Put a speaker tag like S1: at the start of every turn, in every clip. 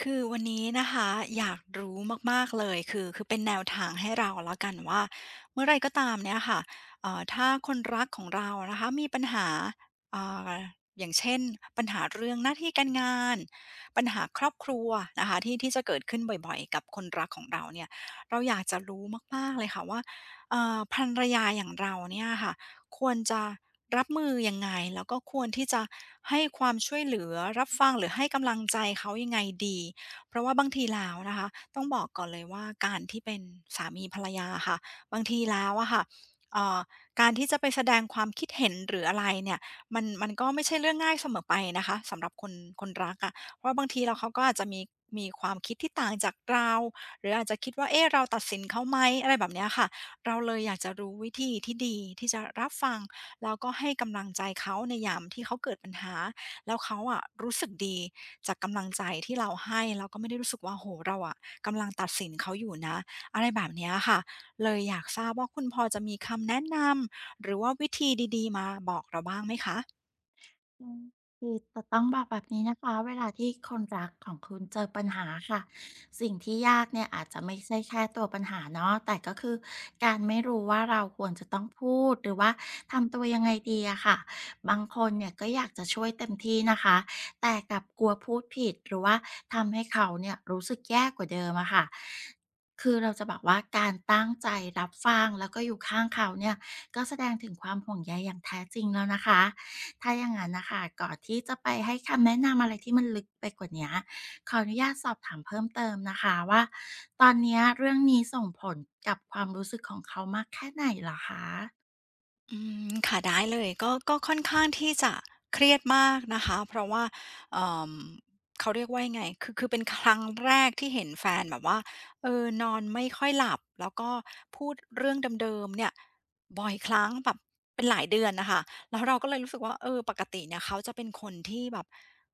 S1: คือวันนี้นะคะอยากรู้มากๆเลยคือเป็นแนวทางให้เราแล้วกันว่าเมื่อไรก็ตามเนี่ยค่ะถ้าคนรักของเรานะคะมีปัญหาอ่าอย่างเช่นปัญหาเรื่องหน้าที่การงานปัญหาครอบครัวนะคะที่ที่จะเกิดขึ้นบ่อยๆกับคนรักของเราเนี่ยเราอยากจะรู้มากๆเลยค่ะว่าภรรยาอย่างเราเนี่ยค่ะ ควรจะรับมือยังไงแล้วก็ควรที่จะให้ความช่วยเหลือรับฟังหรือให้กำลังใจเขายังไงดีเพราะว่าบางทีแล้วนะคะต้องบอกก่อนเลยว่าการที่เป็นสามีภรรยาอะค่ะบางทีแล้วอะค่ะเอ่อการที่จะไปแสดงความคิดเห็นหรืออะไรเนี่ยมันก็ไม่ใช่เรื่องง่ายเสมอไปนะคะสำหรับคนรักอะเพราะบางทีแล้วเขาก็อาจจะมีความคิดที่ต่างจากเราหรืออาจจะคิดว่าเอ๊ะเราตัดสินเขาไหมอะไรแบบเนี้ยค่ะ เราเลยอยากจะรู้วิธีที่ดีที่จะรับฟังแล้วก็ให้กำลังใจเขาในยามที่เขาเกิดปัญหาแล้วเขาอะรู้สึกดีจากกำลังใจที่เราให้แล้วก็ไม่ได้รู้สึกว่าโอ้โฮเราอะกำลังตัดสินเขาอยู่นะอะไรแบบเนี้ยค่ะเลยอยากทราบว่าคุณพอจะมีคำแนะนำหรือว่าวิธีดีๆมาบอกเราบ้างไหมคะ
S2: อืมคือจะต้องบอกแบบนี้นะคะเวลาที่คนรักของคุณเจอปัญหาค่ะสิ่งที่ยากเนี่ยอาจจะไม่ใช่แค่ตัวปัญหาเนาะแต่ก็คือการไม่รู้ว่าเราควรจะต้องพูดหรือว่าทำตัวยังไงดีอะค่ะบางคนเนี่ยก็อยากจะช่วยเต็มที่นะคะแต่กลับกลัวพูดผิดหรือว่าทำให้เขาเนี่ยรู้สึกแย่กว่าเดิมอะค่ะคือเราจะบอกว่าการตั้งใจรับฟังแล้วก็อยู่ข้างเขาเนี่ยก็แสดงถึงความห่วงใยอย่างแท้จริงแล้วนะคะ ถ้าอย่างนั้นนะคะก่อนที่จะไปให้คำแนะนำอะไรที่มันลึกไปกว่านี้ขออนุญาตสอบถามเพิ่มเติมนะคะว่าตอนเนี้ยเรื่องนี้ส่งผลกับความรู้สึกของเขามากแค่ไหนเหรอคะ
S1: อืมค่ะได้เลยก็ค่อนข้างที่จะเครียดมากนะคะเพราะว่าเอ่อเขาเรียกว่ายังไงคือเป็นครั้งแรกที่เห็นแฟนแบบว่าเออนอนไม่ค่อยหลับแล้วก็พูดเรื่องเดิมๆเนี่ยบ่อยครั้งแบบเป็นหลายเดือนน่ะค่ะแล้วเราก็เลยรู้สึกว่าเออปกติเนี่ยเขาจะเป็นคนที่แบบ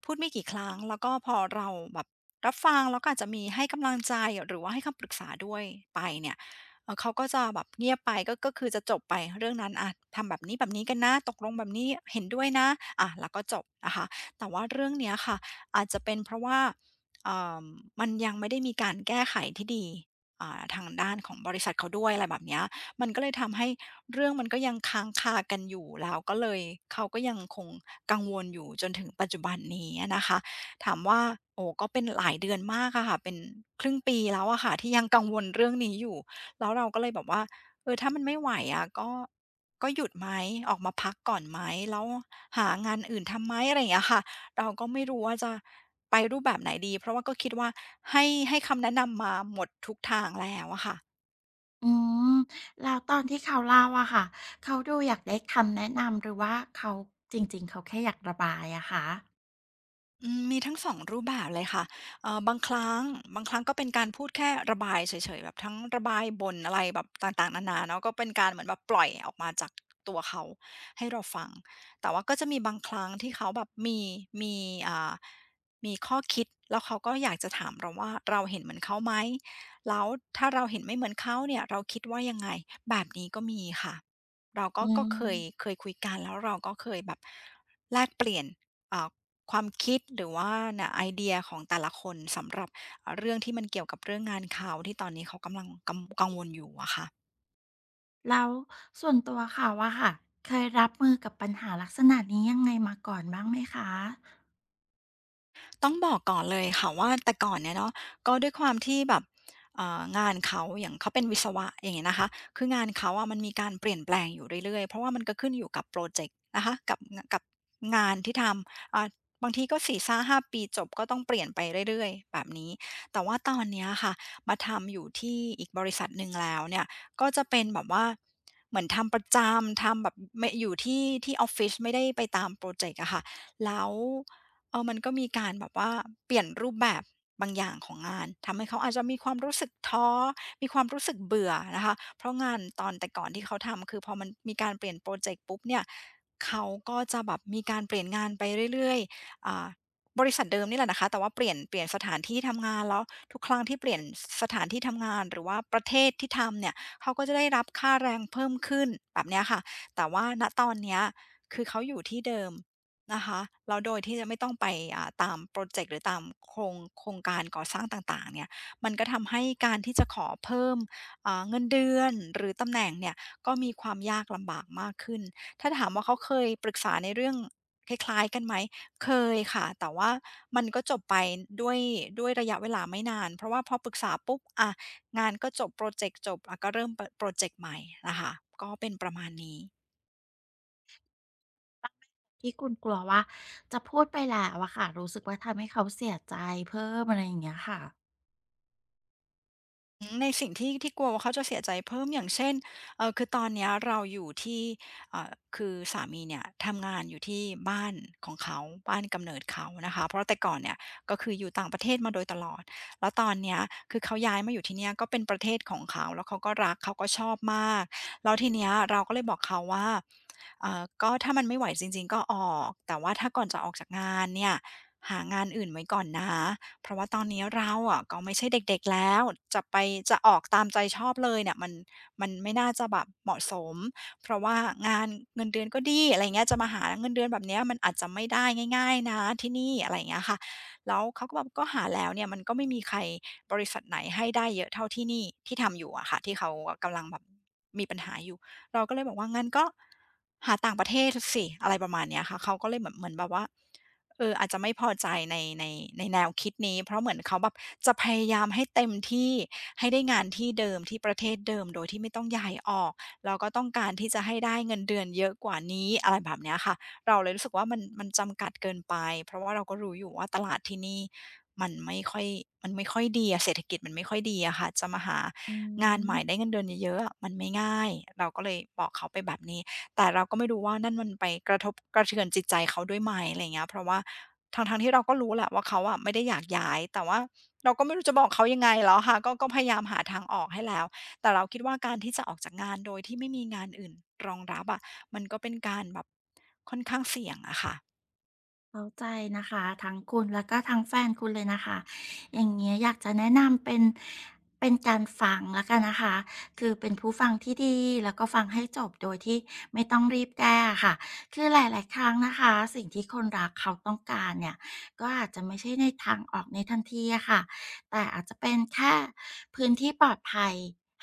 S1: พูดไม่กี่ครั้งแล้วก็พอเราแบบรับฟังแล้วก็อาจจะมีให้กำลังใจหรือว่าให้คำปรึกษาด้วยไปเนี่ย เขาก็จะแบบเงียบไปก็คือจะจบไปเรื่องนั้นอะทำแบบนี้แบบนี้กันนะตกลงแบบนี้เห็นด้วยนะอะแล้วก็จบนะคะแต่ว่าเรื่องเนี้ยค่ะอาจจะเป็นเพราะว่าเอ่ามันยังไม่ได้มีการแก้ไขที่ดีทางด้านของบริษัทเขาด้วยอะไรแบบเนี้ยมันก็เลยทำให้เรื่องมันก็ยังค้างคากันอยู่แล้วก็เลยเขาก็ยังคงกังวลอยู่จนถึงปัจจุบันนี้นะคะถามว่าโอ้ก็เป็นหลายเดือนมากอะค่ะเป็นครึ่งปีแล้วอะค่ะที่ยังกังวลเรื่องนี้อยู่ แล้วเราก็เลยแบบว่าเออถ้ามันไม่ไหวอะก็หยุดไหมออกมาพักก่อนไหมแล้วหางานอื่นทำไหมอะไรอย่างเงี้ยค่ะเราก็ไม่รู้ว่าจะไปรูปแบบไหนดีเพราะว่าก็คิดว่าให้ให้คำแนะนำมาหมดทุกทางแล้วอะค่ะ
S2: อืมแล้วตอนที่เขาเล่าอะค่ะเขาดูอยากได้คำแนะนำหรือว่าเขาจริงๆเขาแค่อยากระบายอะคะ
S1: อืมมีทั้งสองรูปแบบเลยค่ะเอ่อบางครั้งบางครั้งก็เป็นการพูดแค่ระบายเฉยๆแบบทั้งระบายบ่นอะไรแบบต่างๆนานาเนาะก็เป็นการเหมือนแบบปล่อยออกมาจากตัวเขาให้เราฟัง แต่ว่าก็จะมีบางครั้งที่เขาแบบมีอ่ามีข้อคิดแล้วเขาก็อยากจะถามเราว่าเราเห็นเหมือนเขาไหมแล้วถ้าเราเห็นไม่เหมือนเขาเนี่ยเราคิดว่ายังไงแบบนี้ก็มีค่ะเราก็
S2: อื
S1: เคย
S2: ม
S1: เคยคุยกันแล้วเราก็เคยแบบแลกเปลี่ยนอ่า ความคิดหรือว่านะไอเดียของแต่ละคนสำหรับเรื่องที่มันเกี่ยวกับเรื่องงานเขาที่ตอนนี้เขากำลังกังวลอยู่อะค่ะ
S2: แล้วส่วนตัวเขาอะค่ะเคยรับมือกับปัญหาลักษณะนี้ยังไงมาก่อนบ้างไหมคะ
S1: ต้องบอกก่อนเลยค่ะว่าแต่ก่อนเนี่ยเนาะก็ด้วยความที่แบบงานเขาอย่างเขาเป็นวิศวะอย่างเงี้ยนะคะคืองานเขาอะมันมีการเปลี่ยนแปลงอยู่เรื่อยๆเพราะว่ามันก็ขึ้นอยู่กับโปรเจกต์นะคะกับงานที่ทำอ่ะบางทีก็สี่ซ่าห้าปีจบก็ต้องเปลี่ยนไปเรื่อยๆแบบนี้แต่ว่าตอนเนี้ยค่ะมาทำอยู่ที่อีกบริษัทหนึ่งแล้วเนี่ยก็จะเป็นแบบว่าเหมือนทำประจำทำแบบไม่อยู่ที่ออฟฟิศไม่ได้ไปตามโปรเจกต์อะค่ะแล้ว เออมันก็มีการแบบว่าเปลี่ยนรูปแบบบางอย่างของงาน ทำให้เขาอาจจะมีความรู้สึกท้อมีความรู้สึกเบื่อนะคะเพราะงานตอนแต่ก่อนที่เขาทำคือพอมันมีการเปลี่ยนโปรเจกต์ปุ๊บเนี่ยเขาก็จะแบบมีการเปลี่ยนงานไปเรื่อยๆบริษัทเดิมนี่แหละนะคะแต่ว่าเปลี่ยนสถานที่ทำงานแล้วทุกครั้งที่เปลี่ยนสสถานที่ทำงานหรือว่าประเทศที่ทำเนี่ยเขาก็จะได้รับค่าแรงเพิ่มขึ้นแบบเนี้ยค่ะแต่ว่าณตอนเนี้ยคือเขาอยู่ที่เดิม นะคะแล้วโดยที่จะไม่ต้องไปตามโปรเจกต์หรือตามโครงการก่อสร้างต่างๆเนี่ยมันก็ทำให้การที่จะขอเพิ่มเงินเดือนหรือตำแหน่งเนี่ยก็มีความยากลำบากมากขึ้นถ้าถามว่าเขาเคยปรึกษาในเรื่องคล้ายๆกันไหมเคยค่ะแต่ว่ามันก็จบไปด้วยด้วยระยะเวลาไม่นานเพราะว่าพอปรึกษาปุ๊บอะงานก็จบโปรเจกต์จบอะก็เริ่มโปรเจกต์ใหม่นะคะก็เป็นประมาณนี้
S2: ที่คุณกลัวว่าจะพูดไปแล้วอะค่ะรู้สึกว่าทำให้เขาเสียใจเพิ่มอะไรอย่างเงี้ยค่ะ
S1: อืมในสิ่งที่ที่กลัวว่าเขาจะเสียใจเพิ่มอย่างเช่นเออคือตอนเนี้ยเราอยู่ที่คือสามีเนี่ยทำงานอยู่ที่บ้านของเขาบ้านกำเนิดเขานะคะเพราะแต่ก่อนเนี่ยก็คืออยู่ต่างประเทศมาโดยตลอดแล้วตอนเนี้ยคือเขาย้ายมาอยู่ที่เนี่ยก็เป็นประเทศของเขาแล้วเขาก็รักเขาก็ชอบมากแล้วทีเนี้ยเราก็เลยบอกเขาว่าก็ถ้ามันไม่ไหวจริงๆก็ออกแต่ว่าถ้าก่อนจะออกจากงานเนี่ยหางานอื่นไว้ก่อนนะ เพราะว่าตอนนี้เราอะก็ไม่ใช่เด็กๆแล้วจะไปจะออกตามใจชอบเลยเนี่ยมันไม่น่าจะแบบเหมาะสมเพราะว่างานเงินเดือนก็ดีอะไรเงี้ยจะมาหาเงินเดือนแบบเนี้ยมันอาจจะไม่ได้ง่ายๆนะที่นี่อะไรเงี้ยค่ะแล้วเขาก็บอกก็หาแล้วเนี่ยมันก็ไม่มีใครบริษัทไหนให้ได้เยอะเท่าที่นี่ที่ทำอยู่อะค่ะที่เขากำลังแบบมีปัญหาอยู่เราก็เลยบอกว่างั้นก็หาต่างประเทศสิอะไรประมาณเนี้ยค่ะเขาก็เลยเหมือนแบบว่า เอออาจจะไม่พอใจในในแนวคิดนี้เพราะเหมือนเขาแบบจะพยายามให้เต็มที่ให้ได้งานที่เดิมที่ประเทศเดิมโดยที่ไม่ต้องย้ายออกแล้วก็ต้องการที่จะให้ได้เงินเดือนเยอะกว่านี้อะไรแบบเนี้ยค่ะเราเลยรู้สึกว่ามันจำกัดเกินไปเพราะว่าเราก็รู้อยู่ว่าตลาดที่นี่มันไม่ค่อยมันไม่ค่อยดีอะเศรษฐกิจมันไม่ค่อยดีอะค่ะจะมาหา
S2: อื
S1: งานใหม่
S2: ม
S1: ได้เงินเดือนเยอะๆอะมันไม่ง่ายเราก็เลยบอกเขาไปแบบนี้ แต่เราก็ไม่รู้ว่านั่นมันไปกระทบกระเทือนจิตใจเขาด้วยไหมอะไราเงี้ยเพราะว่าทั้งๆที่เราก็รู้แหละว่าเขาอะไม่ได้อยากย้ายแต่ว่าเราก็ไม่รู้จะบอกเขายังไงแล้วค่ะก็พยายามหาทางออกให้แล้วแต่เราคิดว่าการที่จะออกจากงานโดยที่ไม่มีงานอื่นรองรับอะมันก็เป็นการแบบค่อนข้างเสี่ยงอะค่ะ
S2: เข้าใจนะคะทั้งคุณแล้วก็ทั้งแฟนคุณเลยนะคะอย่างเงี้ยอยากจะแนะนำเป็นการฟังแล้วกันนะคะคือเป็นผู้ฟังที่ดีแล้วก็ฟังให้จบโดยที่ไม่ต้องรีบแก้ะค่ะคือหลายๆครั้งนะคะสิ่งที่คนรักเขาต้องการเนี่ยก็อาจจะไม่ใช่ในทางออกในทันทีอะค่ะแต่อาจจะเป็นแค่พื้นที่ปลอดภัย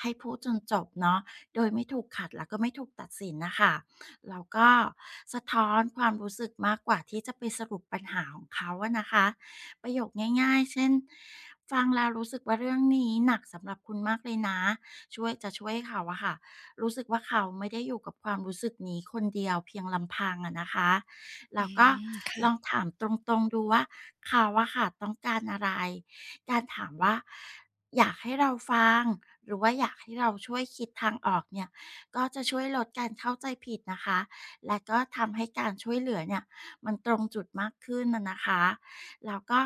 S2: ให้พูดจนจบเนาะโดยไม่ถูกขัดแล้วก็ไม่ถูกตัดสินนะคะ แล้วก็สะท้อนความรู้สึกมากกว่าที่จะไปสรุปปัญหาของเขาอะนะคะประโยคง่ายๆเช่นฟังแล้วรู้สึกว่าเรื่องนี้หนักสำหรับคุณมากเลยนะช่วยจะช่วยเขาอะค่ะรู้สึกว่าเขาไม่ได้อยู่กับความรู้สึกนี้คนเดียวเพียงลำพังอะนะคะแล้
S1: อื
S2: วก็
S1: ม
S2: ล
S1: ค่ะ
S2: องถามตรงๆดูว่าเขาอะค่ะต้องการอะไรการถามว่าอยากให้เราฟังหรือว่าอยากให้เราช่วยคิดทางออกเนี่ย ก็จะช่วยลดการเข้าใจผิดนะคะ และก็ทำให้การช่วยเหลือเนี่ยมันตรงจุดมากขึ้นนะคะแล้วก็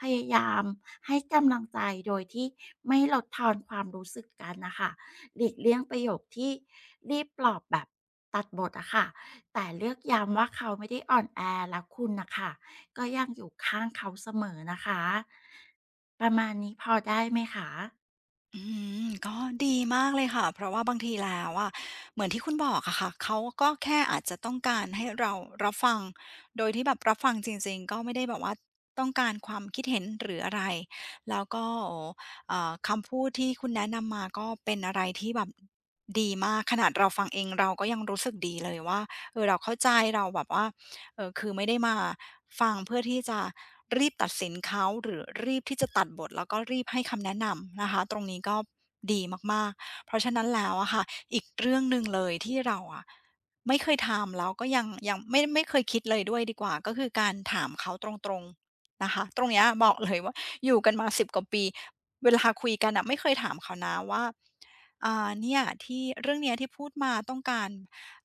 S2: พยายามให้กำลังใจโดยที่ไม่ลดทอนความรู้สึกกันนะคะหลีกเลี่ยงประโยคที่รีบปลอบแบบตัดบทอะค่ะแต่เลือกย้ำว่าเขาไม่ได้อ่อนแอแล้วคุณนะคะ ก็ยังอยู่ข้างเขาเสมอนะคะประมาณนี้พอได้ไหมคะ
S1: อืมก็ดีมากเลยค่ะเพราะว่าบางทีแล้วอะเหมือนที่คุณบอกอะค่ะเขาก็แค่อาจจะต้องการให้เรารับฟังโดยที่แบบรับฟังจริงๆก็ไม่ได้แบบว่าต้องการความคิดเห็นหรืออะไรแล้วก็คำพูดที่คุณแนะนำมาก็เป็นอะไรที่แบบดีมากขนาดเราฟังเองเราก็ยังรู้สึกดีเลยว่าเออเราเข้าใจเราแบบว่า เออคือไม่ได้มาฟังเพื่อที่จะรีบตัดสินเขาหรือรีบที่จะตัดบทแล้วก็รีบให้คำแนะนำนะคะตรงนี้ก็ดีมากๆเพราะฉะนั้นแล้วอะค่ะอีกเรื่องหนึ่งเลยที่เราอะไม่เคยทำแล้วก็ยังยังไม่เคยคิดเลยด้วยดีกว่าก็คือการถามเขาตรงๆนะคะตรงเนี้ยบอกเลยว่าอยู่กันมา10กว่าปีเวลาคุยกันอะไม่เคยถามเขานะว่าอ่าเนี่ยที่เรื่องเนี้ยที่พูดมาต้องการ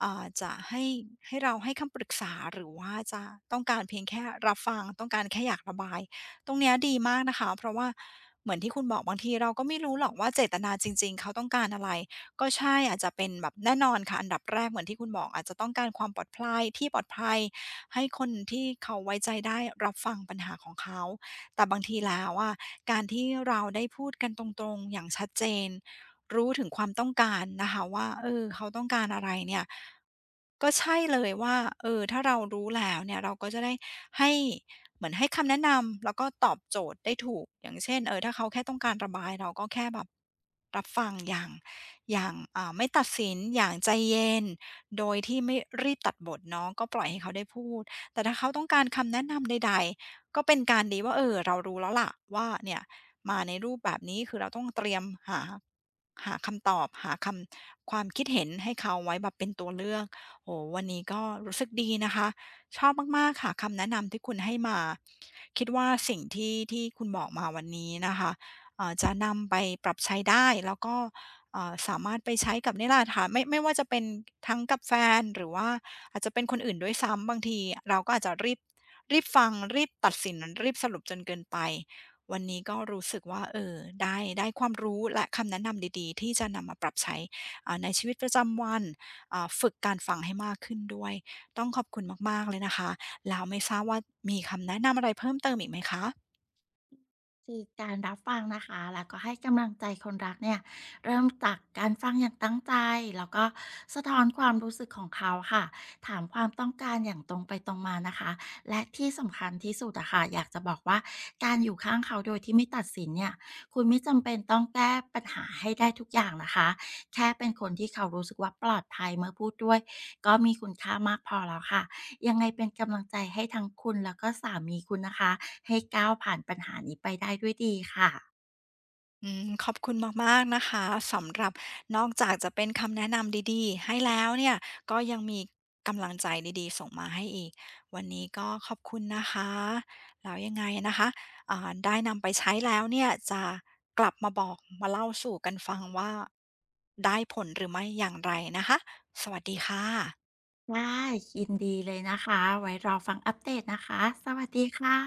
S1: จะให้เราให้คำปรึกษาหรือว่าจะต้องการเพียงแค่รับฟังต้องการแค่อยากระบายตรงเนี้ยดีมากนะคะเพราะว่าเหมือนที่คุณบอกบางทีเราก็ไม่รู้หรอกว่าเจตนาจริงๆเขาต้องการอะไรก็ใช่อาจจะเป็นแบบแน่นอนค่ะอันดับแรกเหมือนที่คุณบอกอาจจะต้องการความปลอดภัยที่ปลอดภัยให้คนที่เขาไว้ใจได้รับฟังปัญหาของเขาแต่บางทีแล้วอะการที่เราได้พูดกันตรงๆอย่างชัดเจน รู้ถึงความต้องการนะคะว่าเออเขาต้องการอะไรเนี่ยก็ใช่เลยว่าเออถ้าเรารู้แล้วเนี่ยเราก็จะได้ให้เหมือนให้คำแนะนำแล้วก็ตอบโจทย์ได้ถูกอย่างเช่นเออถ้าเขาแค่ต้องการระบายเราก็แค่แบบรับฟังอย่างไม่ตัดสินอย่างใจเย็นโดยที่ไม่รีบตัดบทเนาะก็ปล่อยให้เขาได้พูดแต่ถ้าเขาต้องการคำแนะนำใดๆก็เป็นการดีว่าเออเรารู้แล้วล่ะว่าเนี่ยมาในรูปแบบนี้คือเราต้องเตรียมหา หาคำตอบหาคำความคิดเห็นให้เขาไว้แบบเป็นตัวเลือกโอ้โฮวันนี้ก็รู้สึกดีนะคะชอบมากๆค่ะคำแนะนำที่คุณให้มาคิดว่าสิ่งที่คุณบอกมาวันนี้นะคะจะนำไปปรับใช้ได้แล้วก็สามารถไปใช้กับนี่แหละค่ะไม่ว่าจะเป็นทั้งกับแฟนหรือว่าอาจจะเป็นคนอื่นด้วยซ้ำบางทีเราก็อาจจะรีบรีบฟังรีบตัดสินรีบสรุปจนเกินไป วันนี้ก็รู้สึกว่าเออได้ความรู้และคำแนะนำดีๆที่จะนำมาปรับใช้ในชีวิตประจำวันฝึกการฟังให้มากขึ้นด้วยต้องขอบคุณมากๆเลยนะคะแล้วไม่ทราบว่ามีคำแนะนำอะไรเพิ่มเติมอีกไหมคะ
S2: คือการรับฟังนะคะแล้วก็ให้กำลังใจคนรักเนี่ยเริ่มจากการฟังอย่างตั้งใจแล้วก็สะท้อนความรู้สึกของเขาค่ะถามความต้องการอย่างตรงไปตรงมานะคะและที่สำคัญที่สุดอะค่ะอยากจะบอกว่าการอยู่ข้างเขาโดยที่ไม่ตัดสินเนี่ยคุณไม่จำเป็นต้องแก้ปัญหาให้ได้ทุกอย่างนะคะแค่เป็นคนที่เขารู้สึกว่าปลอดภัยเมื่อพูดด้วยก็มีคุณค่ามากพอแล้วค่ะ ยังไงเป็นกำลังใจให้ทั้งคุณแล้วก็สามีคุณนะคะให้ก้าวผ่านปัญหานี้ไปได้ด้วยดีค่ะ
S1: อืมขอบคุณมากๆนะคะสำหรับนอกจากจะเป็นคำแนะนำดีๆให้แล้วเนี่ยก็ยังมีกำลังใจดีๆส่งมาให้อีกวันนี้ก็ขอบคุณนะคะแล้วยังไงนะคะได้นำไปใช้แล้วเนี่ยจะกลับมาบอกมาเล่าสู่กันฟังว่าได้ผลหรือไม่อย่างไรนะคะสวัสดีค่ะ
S2: ได้ยินดีเลยนะคะไว้รอฟังอัปเดตนะคะสวัสดีค่ะ